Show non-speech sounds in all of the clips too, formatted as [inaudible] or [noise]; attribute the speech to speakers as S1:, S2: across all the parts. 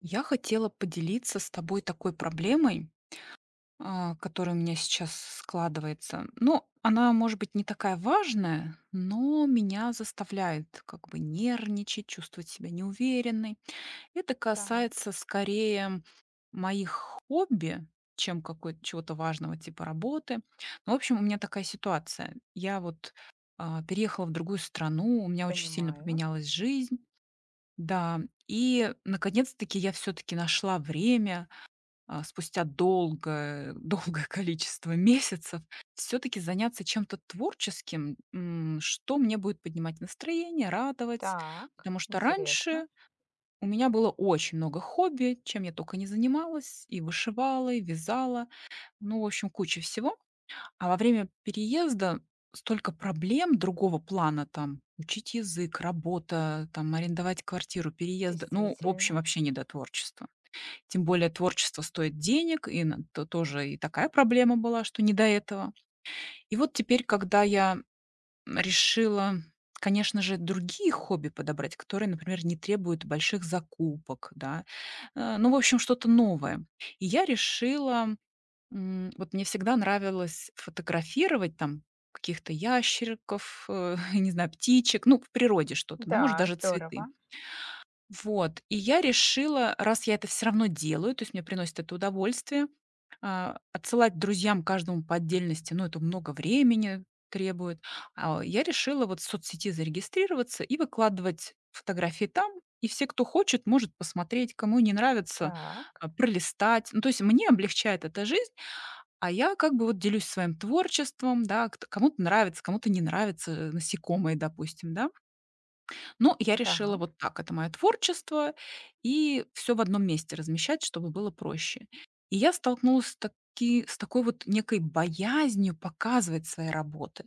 S1: Я хотела поделиться с тобой такой проблемой, которая у меня сейчас складывается. Ну, она, может быть, не такая важная, но меня заставляет как бы нервничать, чувствовать себя неуверенной. Это
S2: Так,
S1: касается скорее моих хобби, чем какой чего-то важного типа работы. Ну, в общем, у меня такая ситуация. Я вот переехала в другую страну, у меня очень сильно
S2: понимаю.
S1: поменялась жизнь, да, и наконец-таки я все таки нашла время, спустя долгое [laughs] долгое количество месяцев все таки заняться чем-то творческим, что мне будет поднимать настроение, радовать.
S2: Так,
S1: Потому что
S2: интересно.
S1: раньше у меня было очень много хобби, чем я только не занималась: и вышивала, и вязала, ну, в общем, куча всего. А во время переезда столько проблем другого плана там: учить язык, работа, там арендовать квартиру, переезды. Ну, в общем,
S2: Действительно.
S1: вообще не до творчества. Тем более творчество стоит денег, и на то тоже и такая проблема была, что не до этого. И вот теперь, когда я решила, конечно же, другие хобби подобрать, которые, например, не требуют больших закупок, да, ну, в общем, что-то новое. И я решила вот мне всегда нравилось фотографировать там каких-то ящериков, [laughs] не знаю, птичек, ну, в природе что-то, ну, может,
S2: Да,
S1: даже цветы.
S2: здорово.
S1: Вот, и я решила, раз я это все равно делаю, то есть мне приносит это удовольствие, отсылать друзьям каждому по отдельности, ну, это много времени требует. Я решила вот в соцсети зарегистрироваться и выкладывать фотографии там, и все, кто хочет, может посмотреть, кому не нравится,
S2: Так,
S1: пролистать. Ну, то есть мне облегчает эта жизнь. А я как бы вот делюсь своим творчеством, да, кт кому-то нравится, кому-то не нравится насекомые, допустим, да. Но я
S2: да.
S1: решила вот так: это мое творчество, и все в одном месте размещать, чтобы было проще. И я столкнулась с такой вот некой боязнью показывать свои работы,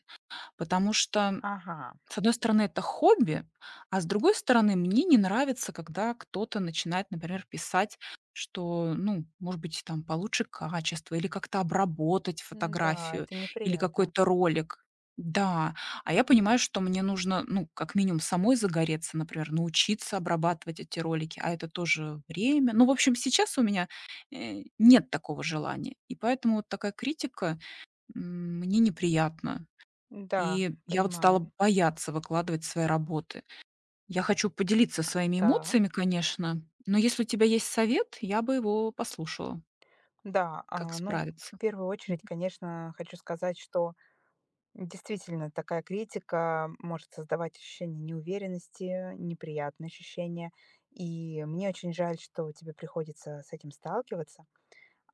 S1: потому что
S2: Ага.
S1: с одной стороны, это хобби, а с другой стороны, мне не нравится, когда кто-то начинает, например, писать, что, ну, может быть, там получше качество или как-то обработать
S2: Да,
S1: фотографию
S2: это
S1: или
S2: неприятно.
S1: какой-то ролик. Да, а я понимаю, что мне нужно, ну, как минимум самой загореться, например, научиться обрабатывать эти ролики, а это тоже время. Ну, в общем, сейчас у меня нет такого желания, и поэтому вот такая критика мне неприятна.
S2: Да,
S1: И я вот стала
S2: понимаю.
S1: бояться выкладывать свои работы. Я хочу поделиться своими
S2: Так.
S1: эмоциями, конечно, но если у тебя есть совет, я бы его послушала,
S2: Да,
S1: как
S2: ну, в
S1: справиться.
S2: первую
S1: Мгм.
S2: очередь, конечно, хочу сказать, что действительно такая критика может создавать ощущение неуверенности, неприятные ощущения. И мне очень жаль, что тебе приходится с этим сталкиваться.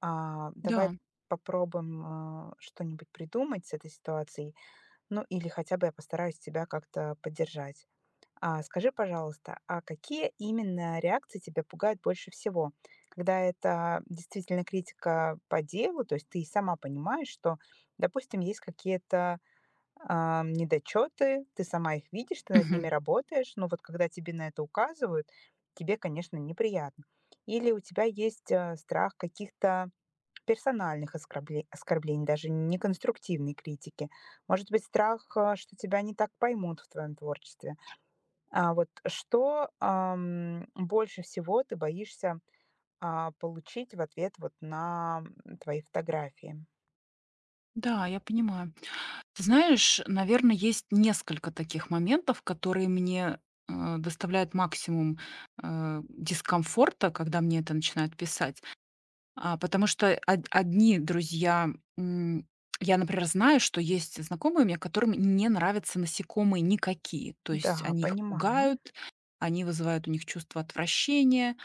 S2: Давай
S1: Да.
S2: попробуем, что-нибудь придумать с этой ситуацией. Ну, или хотя бы я постараюсь тебя как-то поддержать. Скажи, пожалуйста, какие именно реакции тебя пугают больше всего? Когда это действительно критика по делу, то есть ты и сама понимаешь, что, допустим, есть какие-то, недочеты, ты сама их видишь, ты над ними
S1: Мгм.
S2: работаешь, но вот когда тебе на это указывают, тебе, конечно, неприятно. Или у тебя есть, страх каких-то персональных оскорблений, даже не конструктивной критики. Может быть, страх, что тебя не так поймут в твоем творчестве. А вот что, больше всего ты боишься, получить в ответ вот на, твои фотографии?
S1: Да, я понимаю. Ты знаешь, наверное, есть несколько таких моментов, которые мне, доставляют максимум, дискомфорта, когда мне это начинают писать. Потому что од одни друзья, м, я, например, знаю, что есть знакомые у меня, которым не нравятся насекомые никакие. То есть
S2: Да,
S1: они их
S2: понимаю.
S1: пугают, они вызывают у них чувство отвращения.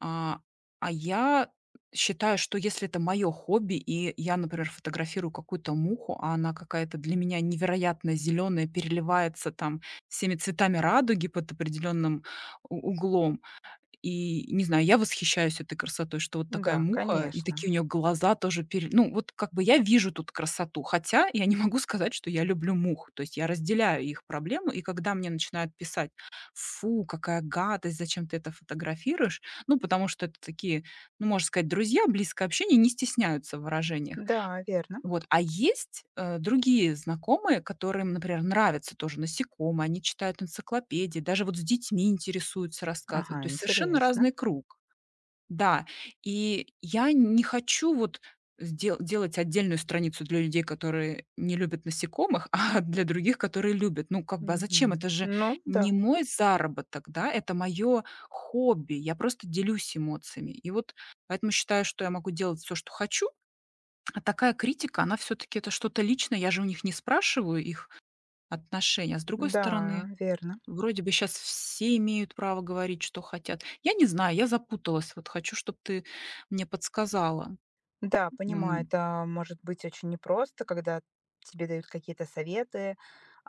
S1: А, а я считаю, что если это мое хобби, и я, например, фотографирую какую-то муху, а она какая-то для меня невероятно зеленая, переливается там всеми цветами радуги под определенным у углом, и не знаю, я восхищаюсь этой красотой, что вот такая
S2: Да,
S1: муха, и
S2: конечно.
S1: такие у нее глаза тоже пере ну, вот как бы я вижу тут красоту, хотя я не могу [laughs] сказать, что я люблю мух. То есть я разделяю их проблему, и когда мне начинают писать: "Фу, какая гадость, зачем ты это фотографируешь?" Ну, потому что это такие, ну, можно сказать, друзья, близкое общение, не стесняются в выражениях.
S2: Да, верно.
S1: Вот. А есть, другие знакомые, которым, например, нравятся тоже насекомые, они читают энциклопедии, даже вот с детьми интересуются, рассказывают.
S2: Ага,
S1: То есть совершенно
S2: интересно.
S1: разный круг. Да. И я не хочу вот сдел делать отдельную страницу для людей, которые не любят насекомых, [laughs] а для других, которые любят. Ну, как бы, а зачем?
S2: Мгм.
S1: Это же
S2: Ну да,
S1: не мой заработок, да, это моё хобби. Я просто делюсь эмоциями. И вот поэтому считаю, что я могу делать все, что хочу. А такая критика, она все таки это что-то личное. Я же у них не спрашиваю их отношения. А с другой стороны,
S2: да, верно.
S1: вроде бы сейчас все имеют право говорить, что хотят. Я не знаю, я запуталась. Вот хочу, чтобы ты мне подсказала.
S2: Да, понимаю,
S1: М.
S2: это может быть очень непросто, когда тебе дают какие-то советы,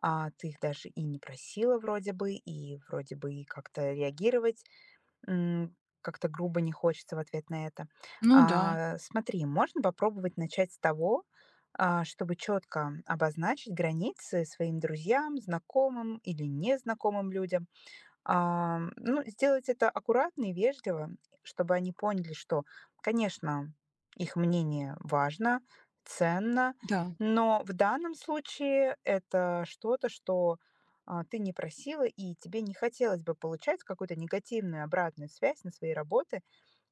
S2: а ты их даже и не просила вроде бы и как-то реагировать как-то грубо не хочется в ответ на это.
S1: Ну да,
S2: Смотри, можно попробовать начать с того, чтобы четко обозначить границы своим друзьям, знакомым или незнакомым людям. Ну, сделать это аккуратно и вежливо, чтобы они поняли, что, конечно, их мнение важно, ценно,
S1: да,
S2: но в данном случае это что-то, что ты не просила, и тебе не хотелось бы получать какую-то негативную обратную связь на свои работы,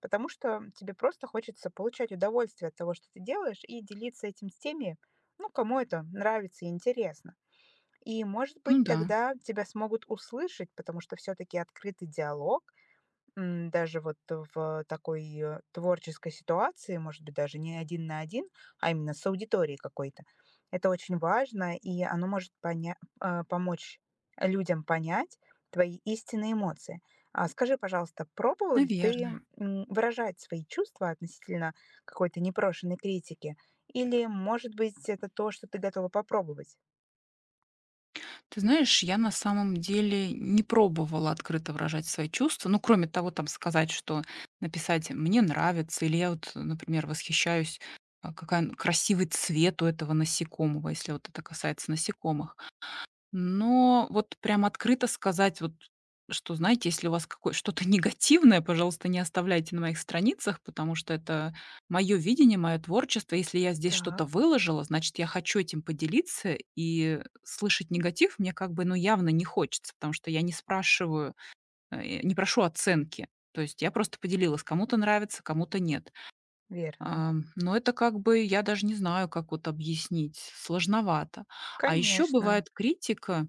S2: потому что тебе просто хочется получать удовольствие от того, что ты делаешь, и делиться этим с теми, ну, кому это нравится и интересно. И, может
S1: ну
S2: быть,
S1: да,
S2: тогда тебя смогут услышать, потому что все-таки открытый диалог, даже вот в такой творческой ситуации, может быть, даже не один на один, а именно с аудиторией какой-то, это очень важно, и оно может помочь людям понять твои истинные эмоции. А скажи, пожалуйста, пробовал ли ты
S1: наверное.
S2: выражать свои чувства относительно какой-то непрошенной критики? Или, может быть, это то, что ты готова попробовать?
S1: Ты знаешь, я на самом деле не пробовала открыто выражать свои чувства. Ну, кроме того, там сказать, что написать "мне нравится" или я вот, например, восхищаюсь, какая н красивый цвет у этого насекомого, если вот это касается насекомых. Но вот прям открыто сказать вот, что, знаете, если у вас какое что-то [laughs] негативное, пожалуйста, не оставляйте на моих страницах, потому что это мое видение, мое творчество. Если я здесь
S2: Так,
S1: что-то выложила, значит, я хочу этим поделиться, и слышать негатив мне как бы, ну, явно не хочется, потому что я не спрашиваю, не прошу оценки. То есть я просто поделилась, кому-то нравится, кому-то нет.
S2: верно.
S1: Но это как бы, я даже не знаю, как вот объяснить, сложновато. А еще
S2: Конечно,
S1: бывает критика,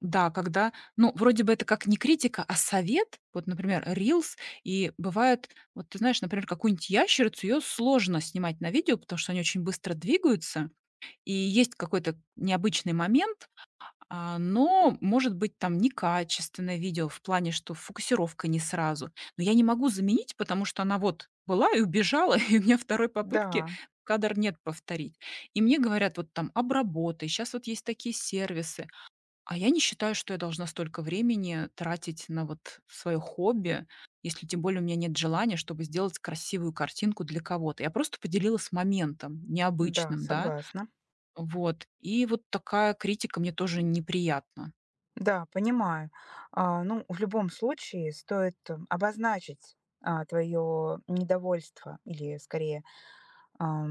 S1: да, когда, ну, вроде бы это как не критика, а совет. Вот, например, reels и бывает, вот ты знаешь, например, какую-нибудь ящерицу, ее сложно снимать на видео, потому что они очень быстро двигаются, и есть какой-то необычный момент, но, может быть, там некачественное видео в плане, что фокусировка не сразу. Но я не могу заменить, потому что она вот была и убежала, [laughs] и у меня второй попытки
S2: да,
S1: кадр нет повторить. И мне говорят, вот там обработай, сейчас вот есть такие сервисы, а я не считаю, что я должна столько времени тратить на вот свое хобби, если тем более у меня нет желания, чтобы сделать красивую картинку для кого-то. Я просто поделилась моментом
S2: да,
S1: необычным, да,
S2: согласна.
S1: вот. И вот такая критика мне тоже неприятна.
S2: Да, понимаю. Ну, в любом случае стоит обозначить твое недовольство или, скорее,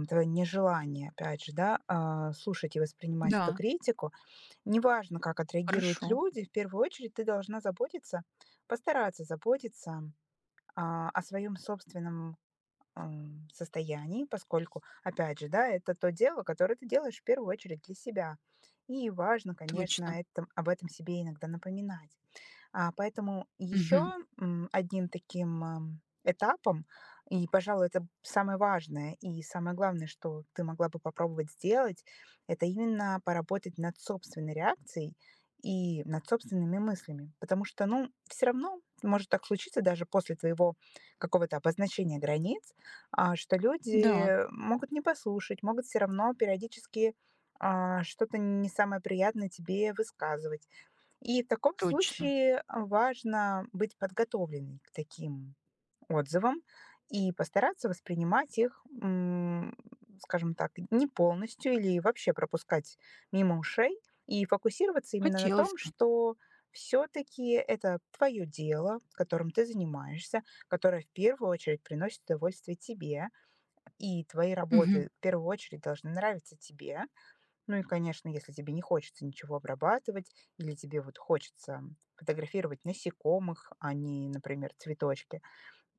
S2: твое нежелание, опять же, да, слушать и воспринимать эту
S1: Да,
S2: критику. Неважно, как отреагируют
S1: хорошо,
S2: люди, в первую очередь ты должна заботиться, постараться заботиться о своем собственном состоянии, поскольку, опять же, да, это то дело, которое ты делаешь в первую очередь для себя. И важно, конечно,
S1: точно.
S2: об этом себе иногда напоминать. Поэтому еще,
S1: Мгм.
S2: одним таким, этапом, и, пожалуй, это самое важное и самое главное, что ты могла бы попробовать сделать, это именно поработать над собственной реакцией и над собственными мыслями. Потому что, ну, все равно может так случиться даже после твоего какого-то обозначения границ, что
S1: Да,
S2: люди могут не послушать, могут все равно периодически, что-то не самое приятное тебе высказывать. И в таком
S1: точно.
S2: случае важно быть подготовленной к таким отзывам и постараться воспринимать их, скажем так, не полностью или вообще пропускать мимо ушей и фокусироваться именно на том,
S1: Хотелось бы.
S2: что все-таки это твое дело, которым ты занимаешься, которое в первую очередь приносит удовольствие тебе, и твои
S1: Мгм.
S2: работы в первую очередь должны нравиться тебе, ну и, конечно, если тебе не хочется ничего обрабатывать или тебе вот хочется фотографировать насекомых, а не, например, цветочки,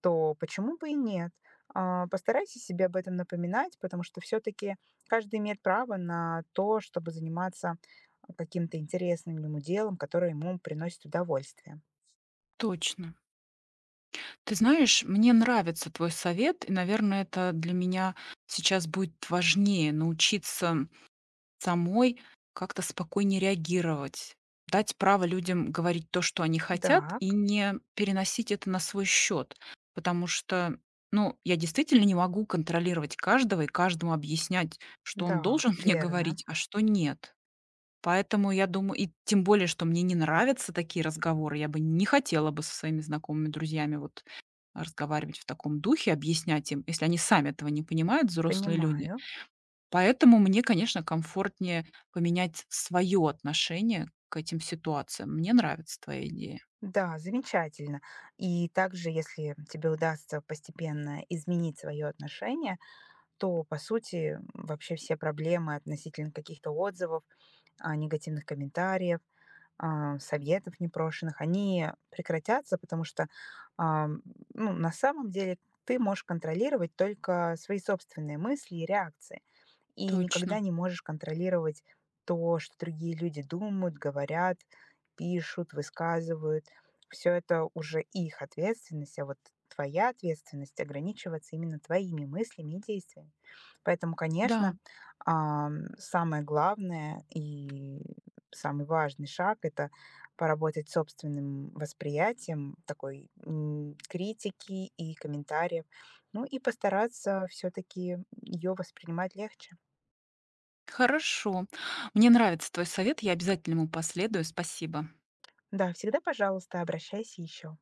S2: то почему бы и нет? Постарайся себе об этом напоминать, потому что все-таки каждый имеет право на то, чтобы заниматься каким-то интересным ему делом, которое ему приносит удовольствие.
S1: Точно. Ты знаешь, мне нравится твой совет, и, наверное, это для меня сейчас будет важнее научиться самой как-то спокойнее реагировать, дать право людям говорить то, что они хотят, и
S2: Так,
S1: не переносить это на свой счет. Потому что, ну, я действительно не могу контролировать каждого и каждому объяснять, что
S2: да,
S1: он должен [laughs] мне
S2: верно,
S1: говорить, а что нет. Поэтому я думаю, и тем более, что мне не нравятся такие разговоры, я бы не хотела бы со своими знакомыми друзьями вот разговаривать в таком духе, объяснять им, если они сами этого не понимают, взрослые люди.
S2: понимаю.
S1: Поэтому мне, конечно, комфортнее поменять свое отношение к этим ситуациям. Мне нравится твоя идея.
S2: Да, замечательно. И также, если тебе удастся постепенно изменить свое отношение, то, по сути, вообще все проблемы относительно каких-то отзывов, негативных комментариев, советов непрошенных, они прекратятся, потому что а, м, ну, на самом деле ты можешь контролировать только свои собственные мысли и реакции и никогда
S1: Точно.
S2: не можешь контролировать то, что другие люди думают, говорят, пишут, высказывают. Все это уже их ответственность, а вот твоя ответственность ограничиваться именно твоими мыслями и действиями. Поэтому, конечно,
S1: Да,
S2: самое главное и самый важный шаг– это поработать с собственным восприятием такой критики и комментариев, ну и постараться все-таки ее воспринимать легче.
S1: хорошо. Мне нравится твой совет, я обязательно ему последую. Спасибо.
S2: Да, всегда, пожалуйста, обращайся еще.